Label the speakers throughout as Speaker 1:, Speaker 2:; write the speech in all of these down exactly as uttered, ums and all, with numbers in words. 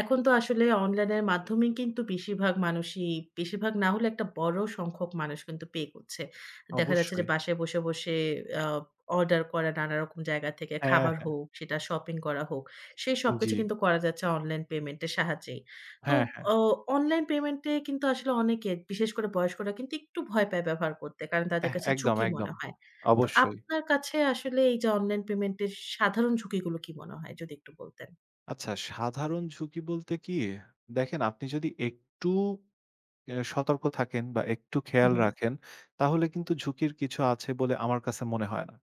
Speaker 1: এখন তো আসলে অনলাইনের মাধ্যমে কিন্তু বেশিরভাগ মানুষই, বেশিরভাগ না হলে একটা বড় সংখ্যক মানুষ কিন্তু পে করছে। দেখা যাচ্ছে যে
Speaker 2: অবশ্যই।
Speaker 1: বাসায় বসে, বসে আ অর্ডার করা নানারকম জায়গা থেকে
Speaker 2: হ্যাঁ,
Speaker 1: খাবার
Speaker 2: হ্যাঁ।
Speaker 1: হোক, সেটা শপিং করা হোক, সেই
Speaker 2: জি।
Speaker 1: সবকিছু কিন্তু করা যাচ্ছে অনলাইন পেমেন্টের সাহায্যেই। তো
Speaker 2: হ্যাঁ, হ্যাঁ।
Speaker 1: অ অনলাইন পেমেন্টে কিন্তু আসলে অনেকে, বিশেষ করে বয়স্করা কিন্তু একটু ভয় পায় ব্যবহার করতে। কারণ তাদের
Speaker 2: এহ
Speaker 1: কাছে
Speaker 2: একদম,
Speaker 1: ঝুঁকি মনে
Speaker 2: একদম।
Speaker 1: হয়। তো
Speaker 2: অবশ্যই।
Speaker 1: আপনার কাছে আসলে এই যে অনলাইন পেমেন্টের সাধারণ ঝুঁকিগুলো কি মনে হয়? যদি একটু বলতেন।
Speaker 2: আচ্ছা সাধারণ ঝুঁকি বলতে কি? দেখেন আপনি যদি একটু এ সতর্ক থাকেন বা একটু
Speaker 1: হুম,
Speaker 2: খেয়াল
Speaker 1: হুম।
Speaker 2: রাখেন, তাহলে কিন্তু ঝুঁকির কিছু আছে বলে আমার কাছে মনে হয় না।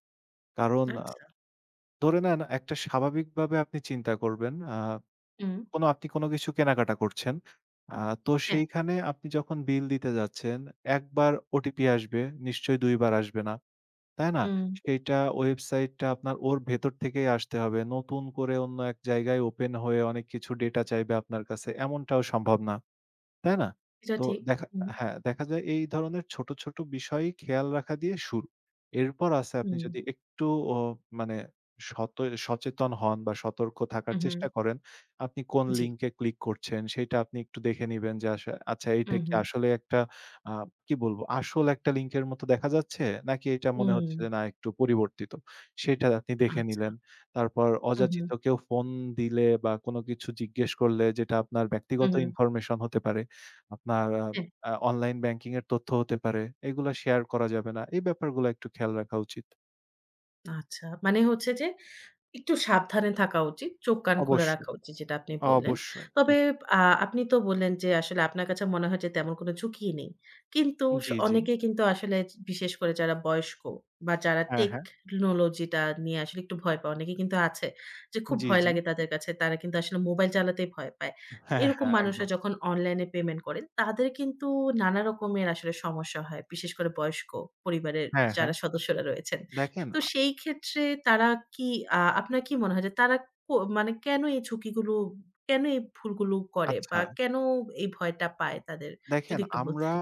Speaker 2: কারণ আ
Speaker 1: আচ্ছা।
Speaker 2: ধরে নেন একটা স্বাভাবিকভাবে আপনি চিন্তা করবেন, আ
Speaker 1: হুম,
Speaker 2: কোনো আপনি কোনো কিছু কেনাকাটা করছেন। আ তো
Speaker 1: হ্যাঁ,
Speaker 2: সেইখানে আপনি যখন বিল দিতে যাচ্ছেন, এক বার ওটিপি আসবে, নিশ্চয়ই দুই বার আসবে না। তাই না?
Speaker 1: হুম,
Speaker 2: সেইটা ওয়েবসাইটটা আপনার ওর ভেতর থেকেই আসতে হবে। নতুন করে অন্য এক জায়গায় ওপেন হয়ে অনেক কিছু ডেটা চাইবে আপনার কাছে। এমনটাও সম্ভব না। তাই না?
Speaker 1: এটা
Speaker 2: তো
Speaker 1: ঠিক।
Speaker 2: দেখা
Speaker 1: হুম,
Speaker 2: হ্যাঁ, দেখা যায় এই ধরনের ছোট, ছোট বিষয় খেয়াল রাখা দিয়ে শুরু। এরপর আছে আপনি
Speaker 1: হুম,
Speaker 2: যদি একটু ও মানে সত সচেতন হন বা সতর্ক থাকার
Speaker 1: হুম, হুম,
Speaker 2: চেষ্টা করেন, আপনি কোন
Speaker 1: জি,
Speaker 2: লিঙ্কে ক্লিক করছেন সেইটা আপনি একটু দেখে নিবেন যে আসা আচ্ছা এইটা
Speaker 1: হুম,
Speaker 2: কি
Speaker 1: হুম,
Speaker 2: আসলে একটা আ কি বলবো? আসল একটা লিঙ্কের মতো দেখা যাচ্ছে? নাকি এটা মনে
Speaker 1: হুম,
Speaker 2: হচ্ছে যে না একটু পরিবর্তিত? সেটা আপনি দেখে
Speaker 1: আচ্ছা,
Speaker 2: নিলেন। তারপর
Speaker 1: হুম, হুম,
Speaker 2: অযাচিত কেউ ফোন দিলে বা কোনো কিছু জিজ্ঞেস করলে যেটা আপনার
Speaker 1: হুম,
Speaker 2: ব্যক্তিগত
Speaker 1: হুম,
Speaker 2: ইনফরমেশন হতে পারে আপনার আ
Speaker 1: হ্যাঁ,
Speaker 2: আ অনলাইন ব্যাংকিং এর তথ্য হতে পারে। এগুলা শেয়ার করা যাবে না। এই ব্যাপারগুলো একটু খেয়াল রাখা উচিত।
Speaker 1: আচ্ছা। মানে হচ্ছে যে একটু সাবধানে থাকা উচিত। চোখ কান খুলে রাখা
Speaker 2: অবশ্যই,
Speaker 1: উচিত যেটা আপনি বললেন।
Speaker 2: অবশ্যই।
Speaker 1: তবে
Speaker 2: জি,
Speaker 1: আ আপনি তো বললেন যে আসলে আপনার কাছে মনে হয় যে তেমন কোনো ঝুঁকিই নেই। কিন্তু স
Speaker 2: জি, জি।
Speaker 1: অনেকেই কিন্তু আসলে বিশেষ করে যারা বয়স্ক বা যারা
Speaker 2: হ্যাঁ, হ্যাঁ।
Speaker 1: টেকনোলজি টা নিয়ে আসলে একটু ভয় পায়। অনেকে কিন্তু আছে যে খুব
Speaker 2: জি,
Speaker 1: ভয়
Speaker 2: জি।
Speaker 1: লাগে তাদের কাছে। তারা কিন্তু আসলে মোবাইল চালাতেই ভয় পায়। তো
Speaker 2: হ্যাঁ,
Speaker 1: এরকম
Speaker 2: হ্যাঁ,
Speaker 1: মানুষরা
Speaker 2: একদম।
Speaker 1: যখন অনলাইনে পেমেন্ট করেন তাদের কিন্তু নানা রকমের আসলে সমস্যা হয়। বিশেষ করে বয়স্ক পরিবারের
Speaker 2: হ্যাঁ, হ্যাঁ।
Speaker 1: যারা সদস্যরা রয়েছেন।
Speaker 2: দেখেন
Speaker 1: তো
Speaker 2: আ
Speaker 1: সেই ক্ষেত্রে তারা কি আ আপনার কি মনে হয় যে তারা কো মানে কেন এই ঝুঁকিগুলো, কেন এই ভুলগুলো করে বা
Speaker 2: আচ্ছা।
Speaker 1: কেন এই ভয়টা পায় তাদের? যদি
Speaker 2: দেখেন,
Speaker 1: একটু
Speaker 2: আমরা
Speaker 1: বলতেন।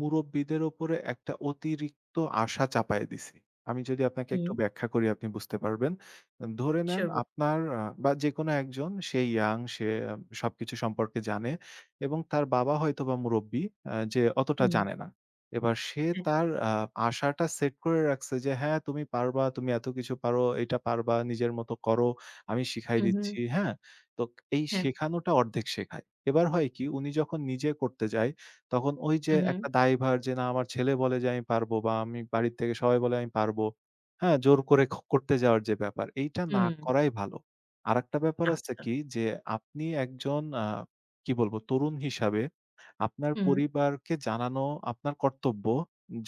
Speaker 2: মুরব্বিদের উপরে একটা অতিরিক্ত আশা চাপায় দিছি। আমি যদি আপনাকে
Speaker 1: হুম,
Speaker 2: একটু ব্যাখ্যা করি আপনি বুঝতে পারবেন। ধরে নেন
Speaker 1: শিওর বল
Speaker 2: আপনার আ বা যেকোনো একজন সে ইয়াং সে আহ, সবকিছু সম্পর্কে জানে এবং তার বাবা হয়তোবা মুরব্বি আ যে অতটা
Speaker 1: হুম,
Speaker 2: জানে না। এবার সে
Speaker 1: হ্যাঁ,
Speaker 2: তার আ আশাটা সেট করে রাখছে যে, "হ্যাঁ, তুমি পারবা, তুমি এত কিছু পারো, এটা পারবা, নিজের মতো করো, আমি শিখাই
Speaker 1: হু, হু,
Speaker 2: দিচ্ছি।" হ্যাঁ? তো এই
Speaker 1: হ্যাঁ,
Speaker 2: শেখানোটা অর্ধেক শেখায়। এবার হয় কি উনি যখন নিজে করতে যায় তখন ওই যে
Speaker 1: হু, হু,
Speaker 2: একটা দায়ভার যে না আমার ছেলে বলে যে আমি পারবো বা আমি বাড়ির থেকে সবাই বলে আমি পারবো। হ্যাঁ? জোর করে ক করতে যাওয়ার যে ব্যাপার, এইটা না
Speaker 1: হুম,
Speaker 2: করাই ভালো। আরেকটা ব্যাপার আছে
Speaker 1: আচ্ছা,
Speaker 2: কি যে আপনি একজন আ কি বলবো তরুণ হিসাবে আপনার
Speaker 1: হুম,
Speaker 2: পরিবারকে জানানো আপনার কর্তব্য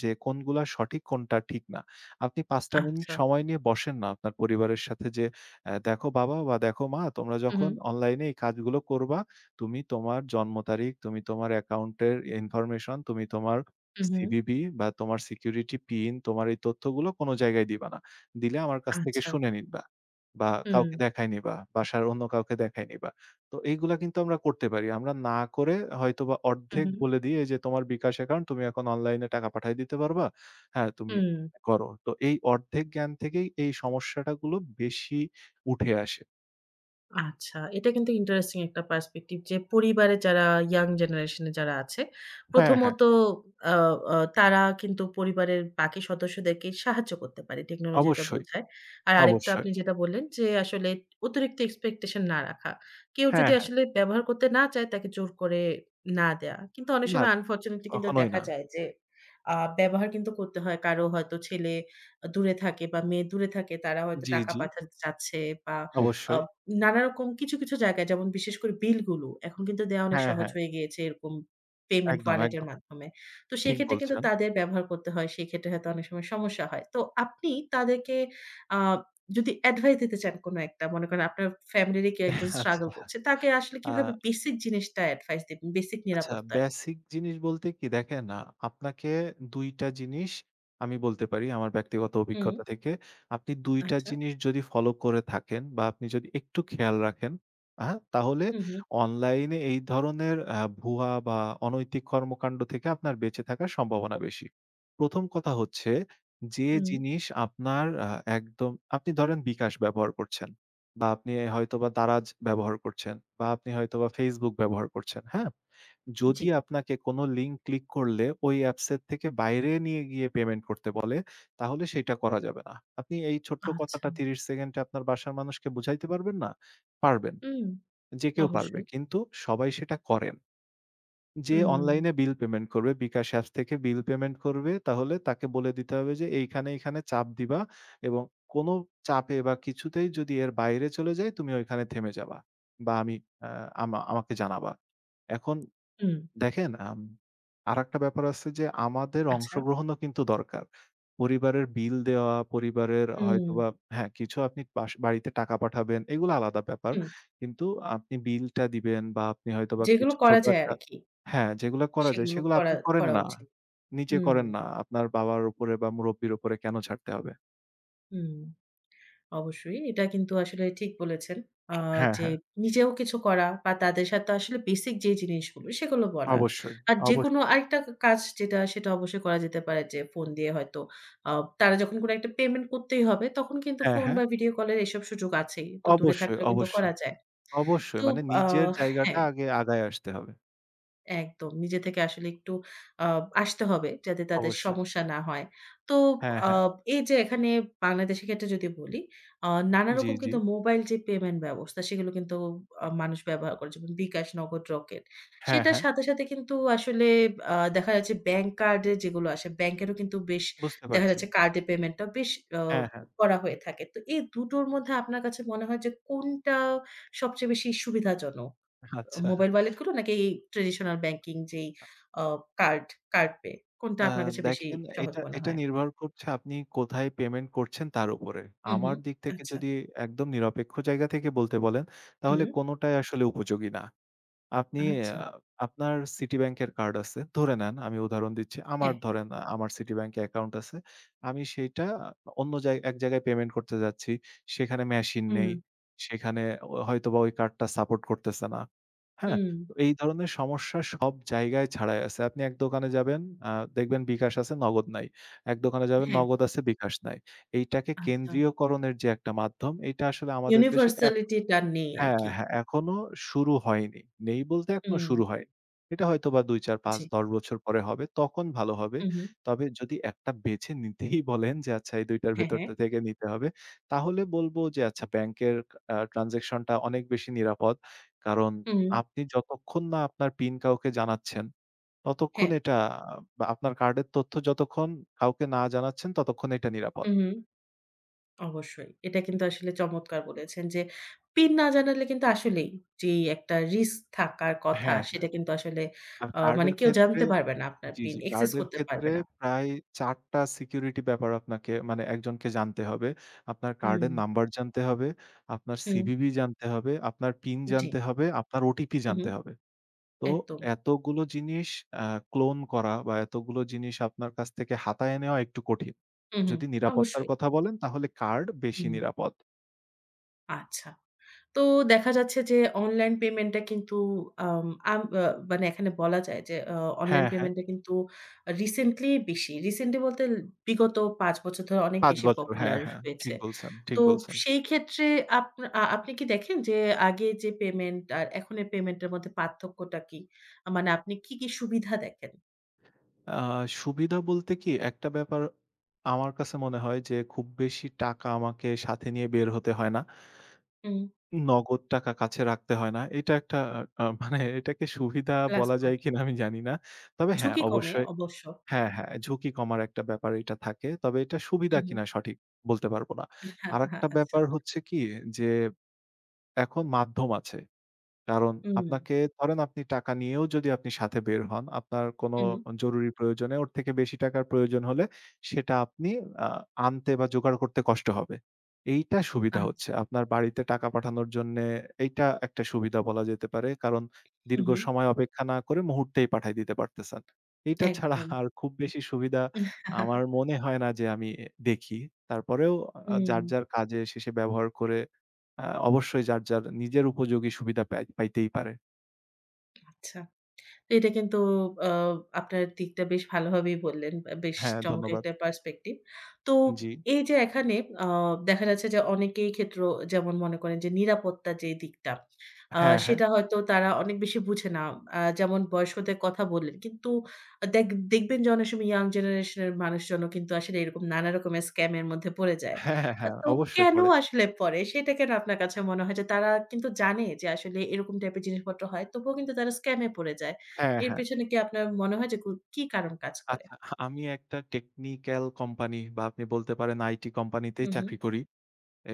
Speaker 2: যে কোনগুলা সঠিক কোনটা ঠিক না। আপনি পাঁচ টা মিনিট
Speaker 1: আচ্ছা,
Speaker 2: সময় নিয়ে বসেন না আপনার পরিবারের সাথে যে, "অ্যা দেখো বাবা বা দেখো মা তোমরা
Speaker 1: হু, হু,
Speaker 2: যখন অনলাইনে এই কাজগুলো করবা তুমি তোমার জন্ম তারিখ, তুমি তোমার অ্যাকাউন্টের ইনফরমেশন, তুমি তোমার
Speaker 1: হু, হু,
Speaker 2: সি ভি ভি বা তোমার সিকিউরিটি পিন, তোমার এই তথ্যগুলো কোনো জায়গায় দিবা না। দিলে আমার কাছ থেকে
Speaker 1: আচ্ছা,
Speaker 2: শুনে নিবা বা
Speaker 1: হুম,
Speaker 2: কাউকে দেখায় নিবা, বাসার অন্য কাউকে দেখায় নিবা। তো এইগুলা কিন্তু আমরা করতে পারি। আমরা না করে হয়তোবা
Speaker 1: হু,
Speaker 2: অর্ধেক
Speaker 1: হু,
Speaker 2: বলে দিয়ে যে তোমার বিকাশ অ্যাকাউন্ট তুমি এখন অনলাইনে টাকা পাঠায় দিতে পারবা। হ্যাঁ, তুমি
Speaker 1: হুম।
Speaker 2: করো। তো এই অর্ধেক জ্ঞান থেকেই এই সমস্যাটা গুলো বেশি উঠে আসে।
Speaker 1: আচ্ছা, এটা কিন্তু ইন্টারেস্টিং একটা পার্সপেক্টিভ যে পরিবারে যারা ইয়াং জেনারেশন এ যারা আছে,
Speaker 2: হ্যাঁ, হ্যাঁ,
Speaker 1: প্রথমত আ আ তারা কিন্তু পরিবারের বাকি সদস্যদেরকে সাহায্য করতে পারে। টেকনোলজিটা
Speaker 2: অবশ্যই,
Speaker 1: বোঝায়। আর আরেকটা
Speaker 2: অবশ্যই।
Speaker 1: আপনি যেটা বললেন যে আসলে অতিরিক্ত এক্সপেকটেশন না রাখা। কেউ
Speaker 2: হ্যাঁ,
Speaker 1: যদি
Speaker 2: হ্যাঁ।
Speaker 1: আসলে ব্যবহার করতে না চায় তাকে জোর করে না দেয়া। কিন্তু অনেক
Speaker 2: না,
Speaker 1: সময় আনফরচুনেটলি কিন্তু
Speaker 2: কখনোই
Speaker 1: দেখা
Speaker 2: না।
Speaker 1: যায় যে আ ব্যবহার কিন্তু করতে হয়। কারো হয়তো ছেলে দূরে থাকে বা মেয়ে দূরে থাকে। তারা হয়তো
Speaker 2: জি,
Speaker 1: টাকা
Speaker 2: জি,
Speaker 1: পাঠাতে চাচ্ছে বা আ
Speaker 2: অবশ্যই।
Speaker 1: নানারকম কিছু, কিছু জায়গায় যেমন বিশেষ করে বিলগুলো এখন কিন্তু দেয়া অনেক
Speaker 2: হ্যাঁ,
Speaker 1: সহজ
Speaker 2: হ্যাঁ,
Speaker 1: হয়ে গিয়েছে এরকম পেমেন্ট
Speaker 2: একদম,
Speaker 1: ওয়ালেটের
Speaker 2: একদম।
Speaker 1: মাধ্যমে। তো
Speaker 2: ঠিক
Speaker 1: সেক্ষেত্রে কিন্তু
Speaker 2: বলছেন।
Speaker 1: তাদের ব্যবহার করতে হয়। সেক্ষেত্রে হয়তো অনেক সময় সমস্যা হয়। তো আপনি তাদেরকে আ যদি অ্যাডভাইস দিতে চান কোনো একটা মনে করেন আপনার ফ্যামিলিরই কেউ একজন স্ট্রাগল
Speaker 2: আচ্ছা।
Speaker 1: করছে। তাকে আসলে কিভাবে
Speaker 2: আ
Speaker 1: বেসিক জিনিসটা অ্যাডভাইস দিবেন? বেসিক
Speaker 2: আচ্ছা,
Speaker 1: নিরাপত্তার?
Speaker 2: বেসিক জিনিস বলতে কি দেখেন আ আপনাকে দুই টা জিনিস আমি বলতে পারি আমার ব্যক্তিগত
Speaker 1: হুম,
Speaker 2: অভিজ্ঞতা থেকে। আপনি দুই টা
Speaker 1: আচ্ছা।
Speaker 2: জিনিস যদি ফলো করে থাকেন বা আপনি যদি একটু খেয়াল রাখেন, হ্যাঁ? তাহলে
Speaker 1: হু, হু,
Speaker 2: অনলাইনে এই ধরনের আ ভুয়া বা অনৈতিক কর্মকাণ্ড থেকে আপনার বেঁচে থাকার সম্ভাবনা বেশি। ১ম কথা হচ্ছে যে
Speaker 1: হুম,
Speaker 2: জিনিস আপনার আ একদম আপনি ধরেন বিকাশ ব্যবহার করছেন বা আপনি হয়তোবা দারাজ ব্যবহার করছেন বা আপনি হয়তোবা Facebook ব্যবহার করছেন, হ্যাঁ?
Speaker 1: জি।
Speaker 2: যদি আপনাকে কোনো লিঙ্ক ক্লিক করলে ওই অ্যাপসের থেকে বাইরে নিয়ে গিয়ে পেমেন্ট করতে বলে, তাহলে সেইটা করা যাবে না। আপনি এই ছোট্ট
Speaker 1: আচ্ছা।
Speaker 2: কথাটা ত্রিশ সেকেন্ডে আপনার বাসার মানুষকে বুঝাইতে পারবেন না? পারবেন।
Speaker 1: হুম,
Speaker 2: যে কেউ পারবে।
Speaker 1: অবশ্যই।
Speaker 2: কিন্তু সবাই সেটা করেন। যে
Speaker 1: হুম,
Speaker 2: অনলাইনে বিল পেমেন্ট করবে, বিকাশ অ্যাপস থেকে বিল পেমেন্ট করবে, তাহলে তাকে বলে দিতে হবে যে এইখানে, এইখানে চাপ দিবা এবং কোনো চাপে বা কিছুতেই যদি এর বাইরে চলে যাই, তুমি ওইখানে থেমে যাবা বা আমি অ্যা আমা আমাকে জানাবা। এখন
Speaker 1: হুম,
Speaker 2: দেখেন আম আরেকটা ব্যাপার আছে যে আমাদের
Speaker 1: আচ্ছা।
Speaker 2: অংশগ্রহণও কিন্তু দরকার। পরিবারের বিল দেওয়া, পরিবারের
Speaker 1: হুম,
Speaker 2: হয়তোবা হ্যাঁ, কিছু আপনি বাস বাড়িতে টাকা পাঠাবেন, এগুলো আলাদা ব্যাপার।
Speaker 1: হুম।
Speaker 2: কিন্তু আপনি বিলটা দিবেন বা আপনি হয়তোবা
Speaker 1: যেগুলো
Speaker 2: কিছু
Speaker 1: করা
Speaker 2: ছোট
Speaker 1: যায়
Speaker 2: একটা
Speaker 1: আরকি।
Speaker 2: হ্যাঁ, যেগুলা করা যায়
Speaker 1: সেগুলো
Speaker 2: সেগুলো
Speaker 1: করা
Speaker 2: আপনি করেন
Speaker 1: করা
Speaker 2: না।
Speaker 1: উচিত।
Speaker 2: নিজে
Speaker 1: হুম,
Speaker 2: করেন না। আপনার বাবার উপরে বা মুরব্বির উপরে কেন ছাড়তে হবে?
Speaker 1: হুম, অবশ্যই। এটা কিন্তু আসলে ঠিক বলেছেন। আ
Speaker 2: হ্যাঁ,
Speaker 1: যে
Speaker 2: হ্যাঁ,
Speaker 1: নিজেও কিছু করা বা তাদের সাথে আসলে বেসিক যে জিনিসগুলো সেগুলো বলা।
Speaker 2: অবশ্যই,
Speaker 1: আর
Speaker 2: অবশ্যই।
Speaker 1: যেকোনো আরেকটা কাজ যেটা সেটা অবশ্যই করা যেতে পারে যে ফোন দিয়ে হয়তো আ তারা যখন কোনো একটা পেমেন্ট করতেই হবে তখন কিন্তু
Speaker 2: হ্যাঁ,
Speaker 1: ফোন
Speaker 2: হ্যাঁ,
Speaker 1: বা ভিডিও কলের এসব সুযোগ আছেই। তো দূরে
Speaker 2: অবশ্যই,
Speaker 1: থাকলেও কিন্তু করা
Speaker 2: অবশ্যই,
Speaker 1: যায়। তো
Speaker 2: অবশ্যই। মানে
Speaker 1: আ
Speaker 2: নিজের জায়গাটা
Speaker 1: হ্যাঁ।
Speaker 2: আগে আগায় আসতে হবে।
Speaker 1: একদম। নিজে থেকে আসলে একটু আ আসতে হবে যাতে তাদের
Speaker 2: অবশ্যই।
Speaker 1: সমস্যা না হয়। তো
Speaker 2: হ্যাঁ,
Speaker 1: আ
Speaker 2: হ্যাঁ।
Speaker 1: এই যে এখানে বাংলাদেশের ক্ষেত্রে যদি বলি, আ নানা
Speaker 2: জি,
Speaker 1: রকম
Speaker 2: জি।
Speaker 1: কিন্তু মোবাইল যে পেমেন্ট ব্যবস্থা সেগুলো কিন্তু আ মানুষ ব্যবহার করে যেমন বিকাশ, নগদ, রকেট।
Speaker 2: হ্যাঁ,
Speaker 1: সেটার
Speaker 2: হ্যাঁ।
Speaker 1: সাথে, সাথে কিন্তু আসলে আ দেখা যাচ্ছে ব্যাংক কার্ডে যেগুলো আসে ব্যাংকেরও কিন্তু বেশ
Speaker 2: বুঝতে
Speaker 1: দেখা
Speaker 2: পারছি।
Speaker 1: যাচ্ছে কার্ডে পেমেন্টটা বেশ আ
Speaker 2: হ্যাঁ, হ্যাঁ।
Speaker 1: করা হয়ে থাকে। তো এই দুটোর মধ্যে আপনার কাছে মনে হয় যে কোনটা সবচেয়ে বেশি সুবিধাজনক?
Speaker 2: আচ্ছা।
Speaker 1: মোবাইল ওয়ালেট গুলো নাকি এই ট্র্যাডিশনাল ব্যাংকিং যেই আ কার্ড, কার্ড পে কোনটা
Speaker 2: আ
Speaker 1: আপনার কাছে বেশি
Speaker 2: দেখেন
Speaker 1: সহজ
Speaker 2: এটা
Speaker 1: মনে
Speaker 2: এটা
Speaker 1: হয়?
Speaker 2: নির্ভর করছে আপনি কোথায় পেমেন্ট করছেন তার উপরে।
Speaker 1: হুম, হুম।
Speaker 2: আমার দিক থেকে
Speaker 1: আচ্ছা।
Speaker 2: যদি একদম নিরপেক্ষ জায়গা থেকে বলতে বলেন,
Speaker 1: হুম।
Speaker 2: তাহলে কোনটাই আসলে উপযোগী না। আপনি
Speaker 1: আচ্ছা।
Speaker 2: আ আপনার Citibank এর কার্ড আছে। ধরে নেন আমি উদাহরণ দিচ্ছি। আমার
Speaker 1: হ্যাঁ।
Speaker 2: ধরেন আ আমার Citibank এ অ্যাকাউন্ট আছে। আমি সেইটা অন্য জায় এক জায়গায় পেমেন্ট করতে যাচ্ছি। সেখানে মেশিন
Speaker 1: হুম,
Speaker 2: নেই। সেখানে ও হয়তোবা ওই কার্ডটা সাপোর্ট করতেছে না। হ্যাঁ?
Speaker 1: হুম।
Speaker 2: তো এই ধরনের সমস্যা সব জায়গায় ছাড়াই আছে। আপনি এক দোকানে যাবেন, আ দেখবেন বিকাশ আছে, নগদ নাই। এক দোকানে যাবেন,
Speaker 1: হ্যাঁ,
Speaker 2: নগদ আছে, বিকাশ নাই। এইটাকে
Speaker 1: আচ্ছা।
Speaker 2: কেন্দ্রীয়করণের যে একটা মাধ্যম, এইটা আসলে আমাদের দেশে এক
Speaker 1: ইউনিভার্সালিটি টা নেই
Speaker 2: হ্যাঁ,
Speaker 1: আরকি।
Speaker 2: হ্যাঁ, এখনো শুরু হয়নি। নেই বলতে এখনো
Speaker 1: হুম,
Speaker 2: শুরু হয়নি। এটা হয়তোবা দুই, চার, পাঁচ,
Speaker 1: জি।
Speaker 2: দশ বছর পরে হবে। তখন ভালো হবে।
Speaker 1: হুম, হুম।
Speaker 2: তবে যদি একটা বেছে নিতেই বলেন যে আচ্ছা এই দুই টার
Speaker 1: হ্যাঁ, হ্যাঁ।
Speaker 2: ভেতরটা থেকে নিতে হবে, তাহলে বলব যে আচ্ছা ব্যাংকের আ ট্রান্সেকশন টা অনেক বেশি নিরাপদ। কারণ
Speaker 1: হুম,
Speaker 2: আপনি যতক্ষণ না আপনার পিন কাউকে জানাচ্ছেন, ততক্ষণ
Speaker 1: হ্যাঁ।
Speaker 2: এটা বা আপনার কার্ডের তথ্য যতক্ষণ কাউকে না জানাচ্ছেন ততক্ষণ এটা নিরাপদ।
Speaker 1: হুম, হুম। অবশ্যই। এটা কিন্তু আসলে চমৎকার বলেছেন যে পিন না জানালে কিন্তু আসলেই যেই একটা রিস্ক থাকার কথা
Speaker 2: হ্যাঁ, হ্যাঁ।
Speaker 1: সেটা কিন্তু আসলে
Speaker 2: আর
Speaker 1: আ মানে
Speaker 2: কার্ডের
Speaker 1: কেউ
Speaker 2: ক্ষেত্রে
Speaker 1: জানতে পারবে না আপনার
Speaker 2: জি,
Speaker 1: পিন,
Speaker 2: জি।
Speaker 1: অ্যাক্সেস
Speaker 2: কার্ডের
Speaker 1: করতে পারবে
Speaker 2: ক্ষেত্রে
Speaker 1: না।
Speaker 2: প্রায় চার টা সিকিউরিটি ব্যাপার আপনাকে মানে একজনকে জানতে হবে। আপনার
Speaker 1: হুম।
Speaker 2: কার্ডের নাম্বার জানতে হবে, আপনার
Speaker 1: হুম,
Speaker 2: সিভিভি জানতে হবে, আপনার পিন
Speaker 1: জি।
Speaker 2: জানতে হবে, আপনার ওটিপি
Speaker 1: হু, হু,
Speaker 2: জানতে হবে। তো
Speaker 1: একদম।
Speaker 2: এতগুলো জিনিস আ ক্লোন করা বা এতগুলো জিনিস আপনার কাছ থেকে হাতায় নেওয়া একটু কঠিন।
Speaker 1: হু, হু,
Speaker 2: যদি নিরাপত্তার
Speaker 1: অবশ্যই।
Speaker 2: কথা বলেন তাহলে কার্ড বেশি
Speaker 1: হুম,
Speaker 2: নিরাপদ।
Speaker 1: আচ্ছা। তো দেখা যাচ্ছে যে অনলাইন পেমেন্টটা কিন্তু আম আম আ মানে এখানে বলা যায় যে আ অনলাইন
Speaker 2: হ্যাঁ, হ্যাঁ।
Speaker 1: পেমেন্টটা কিন্তু রিসেন্টলি বেশি। রিসেন্টলি বলতে বিগত পাঁচ বছর ধরে অনেক
Speaker 2: পাঁচ
Speaker 1: বেশি
Speaker 2: বছর। হ্যাঁ,
Speaker 1: পপুলার
Speaker 2: হ্যাঁ।
Speaker 1: হয়েছে।
Speaker 2: ঠিক বলছেন, ঠিক
Speaker 1: তো
Speaker 2: বলছেন।
Speaker 1: সেই ক্ষেত্রে আপনা আ আপনি কি দেখেন যে আগে যে পেমেন্ট আর এখনের পেমেন্টের মধ্যে পার্থক্যটা কি? আ মানে আপনি কি, কি সুবিধা দেখেন?
Speaker 2: আ সুবিধা বলতে কি একটা ব্যাপার আমার কাছে মনে হয় যে খুব বেশি টাকা আমাকে সাথে নিয়ে বের হতে হয় না।
Speaker 1: হুম,
Speaker 2: নগদ টাকা কাছে রাখতে হয় না। এটা একটা আ মানে এটাকে সুবিধা
Speaker 1: লাস্ট
Speaker 2: বলা যায়
Speaker 1: পয়েন্ট।
Speaker 2: কিনা আমি জানি না। তবে হ্যাঁ,
Speaker 1: ঝুঁকি কমে
Speaker 2: অবশ্যই
Speaker 1: অবশ্য।
Speaker 2: হ্যাঁ, হ্যাঁ, ঝুঁকি কমার একটা ব্যাপার এটা থাকে। তবে এটা
Speaker 1: হু,
Speaker 2: সুবিধা
Speaker 1: হু,
Speaker 2: কিনা সঠিক বলতে পারব না। আরেকটা
Speaker 1: আচ্ছা।
Speaker 2: ব্যাপার হচ্ছে কি যে এখন মাধ্যম আছে। কারণ
Speaker 1: হুম,
Speaker 2: আপনাকে ধরেন আপনি টাকা নিয়েও যদি আপনি সাথে বের হন, আপনার কোনো
Speaker 1: হুম।
Speaker 2: জরুরি প্রয়োজনে ওর থেকে বেশি টাকার প্রয়োজন হলে সেটা আপনি আ আনতে বা জোগাড় করতে কষ্ট হবে। এইটা সুবিধা হচ্ছে।
Speaker 1: আচ্ছা।
Speaker 2: আপনার বাড়িতে টাকা পাঠানোর জন্যে এইটা একটা সুবিধা বলা যেতে পারে। কারণ
Speaker 1: হু,
Speaker 2: দীর্ঘ
Speaker 1: হু।
Speaker 2: সময় অপেক্ষা না করে মুহূর্তেই পাঠায় দিতে পারতেছেন। এইটা ছাড়া
Speaker 1: একদম।
Speaker 2: আর খুব বেশি সুবিধা আমার মনে হয় না যে আমি দেখি। তারপরেও আ
Speaker 1: হুম,
Speaker 2: যার, যার কাজে শেষে ব্যবহার করে আ অবশ্যই যার, যার নিজের উপযোগী সুবিধা পাই পাইতেই পারে।
Speaker 1: আচ্ছা। তো এটা কিন্তু আ আপনার দিকটা বেশ ভালোভাবেই বললেন। আ বেশ
Speaker 2: হ্যাঁ,
Speaker 1: চমৎকার
Speaker 2: ধন্যবাদ।
Speaker 1: একটা পার্সপেক্টিভ। তো
Speaker 2: জি।
Speaker 1: এই যে এখানে আ দেখা যাচ্ছে যে অনেকেই ক্ষেত্র যেমন মনে করেন যে নিরাপত্তা যে দিকটা, আ
Speaker 2: হ্যাঁ, হ্যাঁ।
Speaker 1: সেটা হয়তো তারা অনেক বেশি বুঝে না। আ যেমন বয়স্কদের কথা বললেন। কিন্তু দেখ দেখবেন যে অনেক সময় ইয়াং জেনারেশন এর মানুষজনও কিন্তু আসলে এরকম নানা রকমের স্ক্যাম এর মধ্যে পড়ে যায়।
Speaker 2: হ্যাঁ, হ্যাঁ,
Speaker 1: আ
Speaker 2: হ্যাঁ,
Speaker 1: তো
Speaker 2: অবশ্যই
Speaker 1: কেন
Speaker 2: পড়ে।
Speaker 1: আসলে পড়ে? সেটা কেন আপনার কাছে মনে হয় যে তারা কিন্তু জানে যে আসলে এরকম টাইপের জিনিসপত্র হয়। তবুও কিন্তু তারা স্ক্যাম এ পড়ে যায়।
Speaker 2: হ্যাঁ,
Speaker 1: এর
Speaker 2: হ্যাঁ।
Speaker 1: পেছনে কি আপনার মনে হয় যে গু কি কারণ কাজ করে?
Speaker 2: আচ্ছা আমি একটা টেকনিক্যাল কোম্পানি বা আপনি বলতে পারেন আইটি
Speaker 1: হু,
Speaker 2: কোম্পানিতেই
Speaker 1: হু।
Speaker 2: চাকরি করি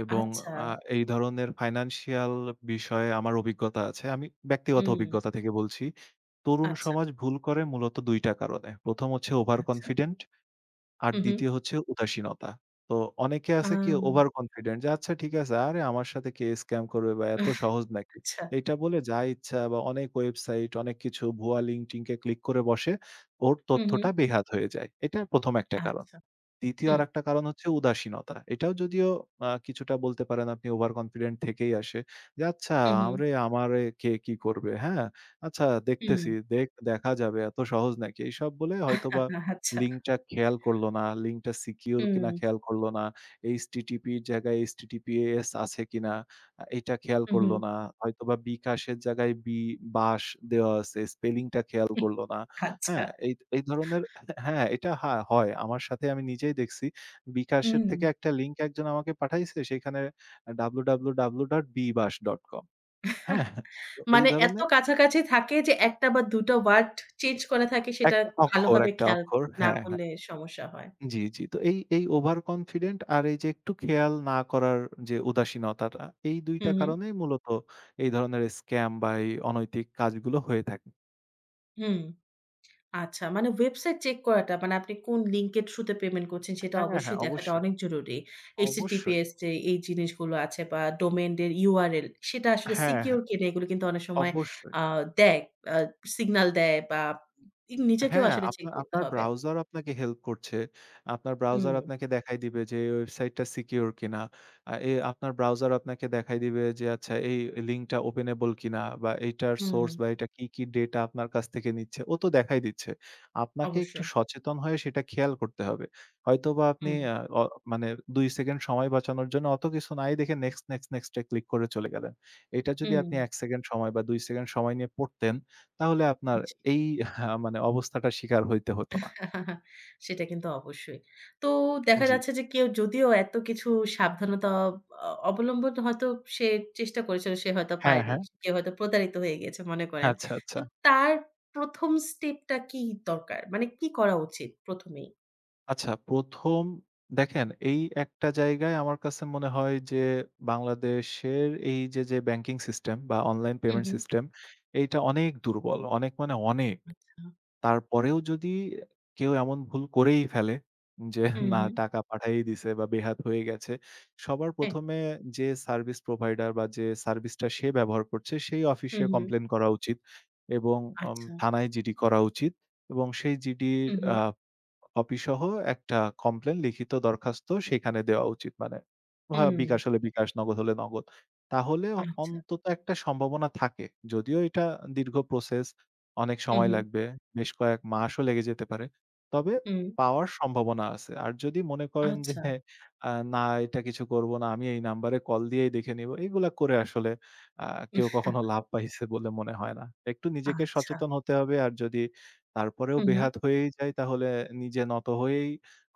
Speaker 2: এবং
Speaker 1: আচ্ছা।
Speaker 2: আ এই ধরনের ফাইন্যান্সিয়াল বিষয়ে আমার অভিজ্ঞতা আছে। আমি ব্যক্তিগত
Speaker 1: হুম।
Speaker 2: অভিজ্ঞতা থেকে বলছি। তরুণ
Speaker 1: আচ্ছা,
Speaker 2: সমাজ ভুল করে মূলত দুই টা কারণে। ১ম হচ্ছে ওভার
Speaker 1: আচ্ছা।
Speaker 2: কনফিডেন্ট আর
Speaker 1: হু, হু।
Speaker 2: ২য় হচ্ছে উদাসীনতা। তো অনেকে
Speaker 1: আ
Speaker 2: আছে কি ওভার কনফিডেন্ট যে আচ্ছা ঠিক আছে আরে আমার সাথে কে স্ক্যাম করবে বা এত সহজ নাকি।
Speaker 1: আচ্ছা।
Speaker 2: এইটা বলে যা ইচ্ছা বা অনেক ওয়েবসাইট অনেক কিছু ভুয়া লিংকটিন কে ক্লিক করে বসে ওর
Speaker 1: হু, হু।
Speaker 2: তথ্যটা বেহাত হয়ে যায়। এটা ১ম একটা কারণ।
Speaker 1: আচ্ছা।
Speaker 2: দ্বিতীয়
Speaker 1: হুম,
Speaker 2: আরেকটা কারণ হচ্ছে উদাসীনতা। এটাও যদিও আ কিছুটা বলতে পারেন আপনি ওভার কনফিডেন্ট থেকেই আসে। যে আচ্ছা
Speaker 1: হু, হু,
Speaker 2: আমরে আমারে কে কি করবে, হ্যাঁ? আচ্ছা দেখতেছি,
Speaker 1: হুম।
Speaker 2: দেখ দেখা যাবে এত সহজ নাকি? এইসব বলে হয়তোবা
Speaker 1: আচ্ছা।
Speaker 2: লিঙ্কটা খেয়াল করলো না, লিঙ্কটা সিকিউর
Speaker 1: হুম,
Speaker 2: কিনা খেয়াল করলো না, এইচ টি টি পি র জায়গায় H T T P S আছে কিনা আ এটা খেয়াল
Speaker 1: হু, হু।
Speaker 2: করলো না, হয়তোবা বিকাশের জায়গায় বি বাস দেওয়া আছে, স্পেলিংটা খেয়াল করলো না,
Speaker 1: আচ্ছা।
Speaker 2: হ্যাঁ? এই এই ধরনের হ্যাঁ, এটা হা হয়। আমার সাথে আমি নিজেই দেখছি। বিকাশের
Speaker 1: হুম।
Speaker 2: থেকে একটা লিংক একজন আমাকে পাঠাইছে। সেখানে ডব্লিউ ডব্লিউ ডব্লিউ ডট বি বাশ ডট কম হ্যাঁ? হ্যাঁ, তো এই
Speaker 1: মানে এত
Speaker 2: ধরনের
Speaker 1: কাছাকাছি থাকে যে এক টা বা দুই টা ওয়ার্ড চেঞ্জ করা থাকে সেটা
Speaker 2: একটা অক্ষর,
Speaker 1: ভালোভাবে
Speaker 2: একটা
Speaker 1: খেয়াল
Speaker 2: অক্ষর
Speaker 1: না
Speaker 2: হ্যাঁ, হ্যাঁ।
Speaker 1: করলে সমস্যা হয়।
Speaker 2: জি, জি। তো এই, এই ওভার কনফিডেন্ট আর এই যে একটু খেয়াল না করার যে উদাসীনতাটা, এই দুই
Speaker 1: হু,
Speaker 2: টা
Speaker 1: হু।
Speaker 2: কারণেই মূলত এই ধরনের স্ক্যাম বা এই অনৈতিক কাজগুলো হয়ে থাকে।
Speaker 1: হুম। আচ্ছা, মানে ওয়েবসাইট চেক করাটা মানে আপনি কোন লিঙ্কের থ্রুতে পেমেন্ট করছেন সেটা
Speaker 2: হ্যাঁ,
Speaker 1: অবশ্যই
Speaker 2: হ্যাঁ
Speaker 1: দেখাটা
Speaker 2: অবশ্যই,
Speaker 1: অনেক জরুরি।
Speaker 2: অবশ্যই।
Speaker 1: H T T P S যে এই জিনিসগুলো আছে বা ডোমেইন এর ইউ আর এল সেটা আসলে
Speaker 2: হ্যাঁ, হ্যাঁ
Speaker 1: সিকিউর কিনা এগুলো কিন্তু অনেক সময়
Speaker 2: অবশ্যই।
Speaker 1: আ দেয়, আ সিগন্যাল দেয় বা ই নিজেকেও
Speaker 2: হ্যাঁ,
Speaker 1: আসলে চেক
Speaker 2: আপনার
Speaker 1: করতে
Speaker 2: আপনার
Speaker 1: হবে।
Speaker 2: ব্রাউজার আপনাকে হেল্প করছে। আপনার ব্রাউজার
Speaker 1: হুম,
Speaker 2: আপনাকে দেখায় দিবে যে এই ওয়েবসাইটটা সিকিউর কিনা। আ এ আপনার ব্রাউজার আপনাকে দেখায় দিবে যে আচ্ছা এই লিঙ্কটা ওপেনেবল কিনা বা এইটার
Speaker 1: হুম,
Speaker 2: সোর্স বা এটা কি, কি ডেটা আপনার কাছ থেকে নিচ্ছে, ও তো দেখাই দিচ্ছে। আপনাকে একটু
Speaker 1: অবশ্যই।
Speaker 2: সচেতন হয়ে সেটা খেয়াল করতে হবে। হয়তোবা আপনি
Speaker 1: হুম,
Speaker 2: আ অ মানে দুই সেকেন্ড সময় বাঁচানোর জন্য অত কিছু নাই দেখে নেক্সট, নেক্সট, নেক্সট এ ক্লিক করে চলে গেলেন। এটা যদি
Speaker 1: হুম,
Speaker 2: আপনি এক সেকেন্ড সময় বা দুই সেকেন্ড সময় নিয়ে পড়তেন তাহলে আপনার
Speaker 1: জি।
Speaker 2: এই আহ, মানে অবস্থাটার শিকার হইতে হতো না।
Speaker 1: সেটা কিন্তু অবশ্যই। তো দেখা
Speaker 2: জি।
Speaker 1: যাচ্ছে যে কেউ যদিও এত কিছু সাবধানতা অ অবলম্বন হয়তো সে চেষ্টা করেছিল, সে হয়তো
Speaker 2: হ্যাঁ,
Speaker 1: পারেনি।
Speaker 2: হ্যাঁ।
Speaker 1: কেউ হয়তো প্রতারিত হয়ে গিয়েছে মনে করেন।
Speaker 2: আচ্ছা,
Speaker 1: তো
Speaker 2: আচ্ছা।
Speaker 1: তার প্রথম স্টেপটা কি দরকার? মানে কি করা উচিত প্রথম এই?
Speaker 2: আচ্ছা ১ম দেখেন এই একটা জায়গায় আমার কাছে মনে হয় যে বাংলাদেশের এই যে, যে ব্যাংকিং সিস্টেম বা অনলাইন
Speaker 1: হু,
Speaker 2: পেমেন্ট
Speaker 1: হু।
Speaker 2: সিস্টেম এইটা অনেক দুর্বল। অনেক মানে অনেক।
Speaker 1: আচ্ছা।
Speaker 2: তারপরেও যদি কেউ এমন ভুল করেই ফেলে যে
Speaker 1: হুম,
Speaker 2: না
Speaker 1: হুম।
Speaker 2: টাকা পাঠায়েই দিছে বা বেহাত হয়ে গেছে, সবার
Speaker 1: হ্যাঁ।
Speaker 2: ১ম এ যে সার্ভিস প্রোভাইডার বা যে সার্ভিসটা সে ব্যবহার করছে সেই
Speaker 1: হুম,
Speaker 2: অফিসে
Speaker 1: হুম।
Speaker 2: কমপ্লেইন করা উচিত এবং অম
Speaker 1: আচ্ছা।
Speaker 2: থানায় জিডি করা উচিত এবং সেই জিডির
Speaker 1: হুম, হুম।
Speaker 2: আ কপিসহ একটা কমপ্লেইন লিখিত দরখাস্ত সেখানে দেওয়া উচিত মানে। ভা
Speaker 1: হুম।
Speaker 2: বিকাশ হলে বিকাশ, নগদ হলে নগদ। তাহলে অ
Speaker 1: আচ্ছা।
Speaker 2: অন্তত একটা সম্ভাবনা থাকে। যদিও এটা দীর্ঘ প্রসেস, অনেক
Speaker 1: হুম,
Speaker 2: সময়
Speaker 1: হুম।
Speaker 2: লাগবে, বেশ কয়েক মাসও লেগে যেতে পারে। তবে
Speaker 1: হুম।
Speaker 2: পাওয়ার সম্ভাবনা আছে। আর যদি মনে করেন যে
Speaker 1: আচ্ছা।
Speaker 2: "হ্যাঁ, আ না এটা কিছু করব না, আমি এই নাম্বারে কল দিয়েই দেখে নিব। এগুলা করে আসলে আ কেউ কখনো লাভ পাইছে বলে মনে হয় না। একটু নিজেকে
Speaker 1: আচ্ছা।
Speaker 2: সচেতন হতে হবে আর যদি তারপরেও
Speaker 1: হুম, হুম।
Speaker 2: বেহাত হয়েই যায় তাহলে নিজে নত হয়েই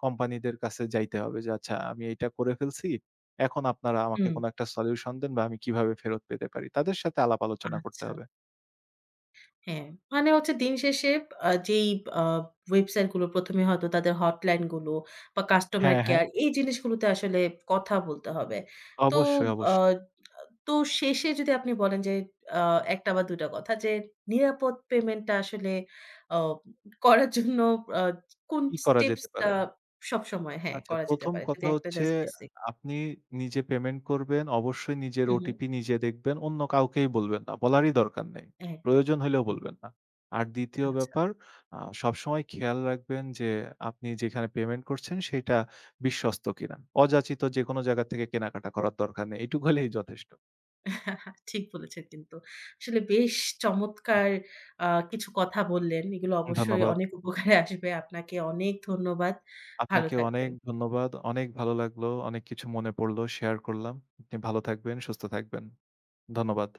Speaker 2: কোম্পানিদের কাছে যাইতে হবে যে, "আচ্ছা আমি এইটা করে ফেলছি। এখন আপনারা আমাকে
Speaker 1: হুম।
Speaker 2: কোনো একটা সলিউশন দেন বা আমি কিভাবে ফেরত পেতে পারি?" তাদের সাথে আলাপ আলোচনা করতে
Speaker 1: আচ্ছা।
Speaker 2: হবে।
Speaker 1: হ্যাঁ, মানে হচ্ছে দিন শেষে আ যেই আ ওয়েবসাইট গুলো প্রথম এ হয়তো তাদের হটলাইন গুলো বা কাস্টমার
Speaker 2: হ্যাঁ, হ্যাঁ।
Speaker 1: কেয়ার এই জিনিসগুলোতে আসলে কথা বলতে হবে। তো
Speaker 2: অবশ্যই,
Speaker 1: আ
Speaker 2: অবশ্যই।
Speaker 1: তো শেষে যদি আপনি বলেন যে আ এক টা বা দুই টা কথা যে নিরাপদ পেমেন্টটা আসলে আ করার জন্য আ কোন
Speaker 2: কি করা যেতে
Speaker 1: স্টেপসটা
Speaker 2: পারে?
Speaker 1: সবসময় হ্যাঁ,
Speaker 2: আচ্ছা,
Speaker 1: করা যেতে
Speaker 2: ১ম
Speaker 1: পারে? যদি
Speaker 2: কথা
Speaker 1: একটা
Speaker 2: হচ্ছে
Speaker 1: জাস্ট বেসিক
Speaker 2: আপনি নিজে পেমেন্ট করবেন। অবশ্যই নিজের
Speaker 1: হুম, হুম।
Speaker 2: ওটিপি নিজে দেখবেন। অন্য কাউকেই বলবেন না। বলারই দরকার নেই।
Speaker 1: একদম।
Speaker 2: প্রয়োজন হইলেও
Speaker 1: হুম,
Speaker 2: বলবেন না। আর ২য়
Speaker 1: আচ্ছা।
Speaker 2: ব্যাপার আ সবসময় খেয়াল রাখবেন যে আপনি যেখানে পেমেন্ট করছেন সেটা বিশ্বস্ত কিনা। অযাচিত যেকোনো জায়গা থেকে কেনাকাটা করার দরকার নেই। এটুকু হলেই যথেষ্ট।
Speaker 1: ঠিক বলেছেন কিন্তু। আসলে বেশ চমৎকার আ কিছু কথা বললেন। এগুলো অবশ্যই
Speaker 2: ধন্যবাদ।
Speaker 1: অনেক উপকারে আসবে। আপনাকে অনেক ধন্যবাদ। ভালো
Speaker 2: আপনাকে
Speaker 1: থাকবেন।
Speaker 2: অনেক ধন্যবাদ। অনেক ভালো লাগলো। অনেক কিছু মনে পড়লো। শেয়ার করলাম। আপনি ভালো থাকবেন, সুস্থ থাকবেন। ধন্যবাদ।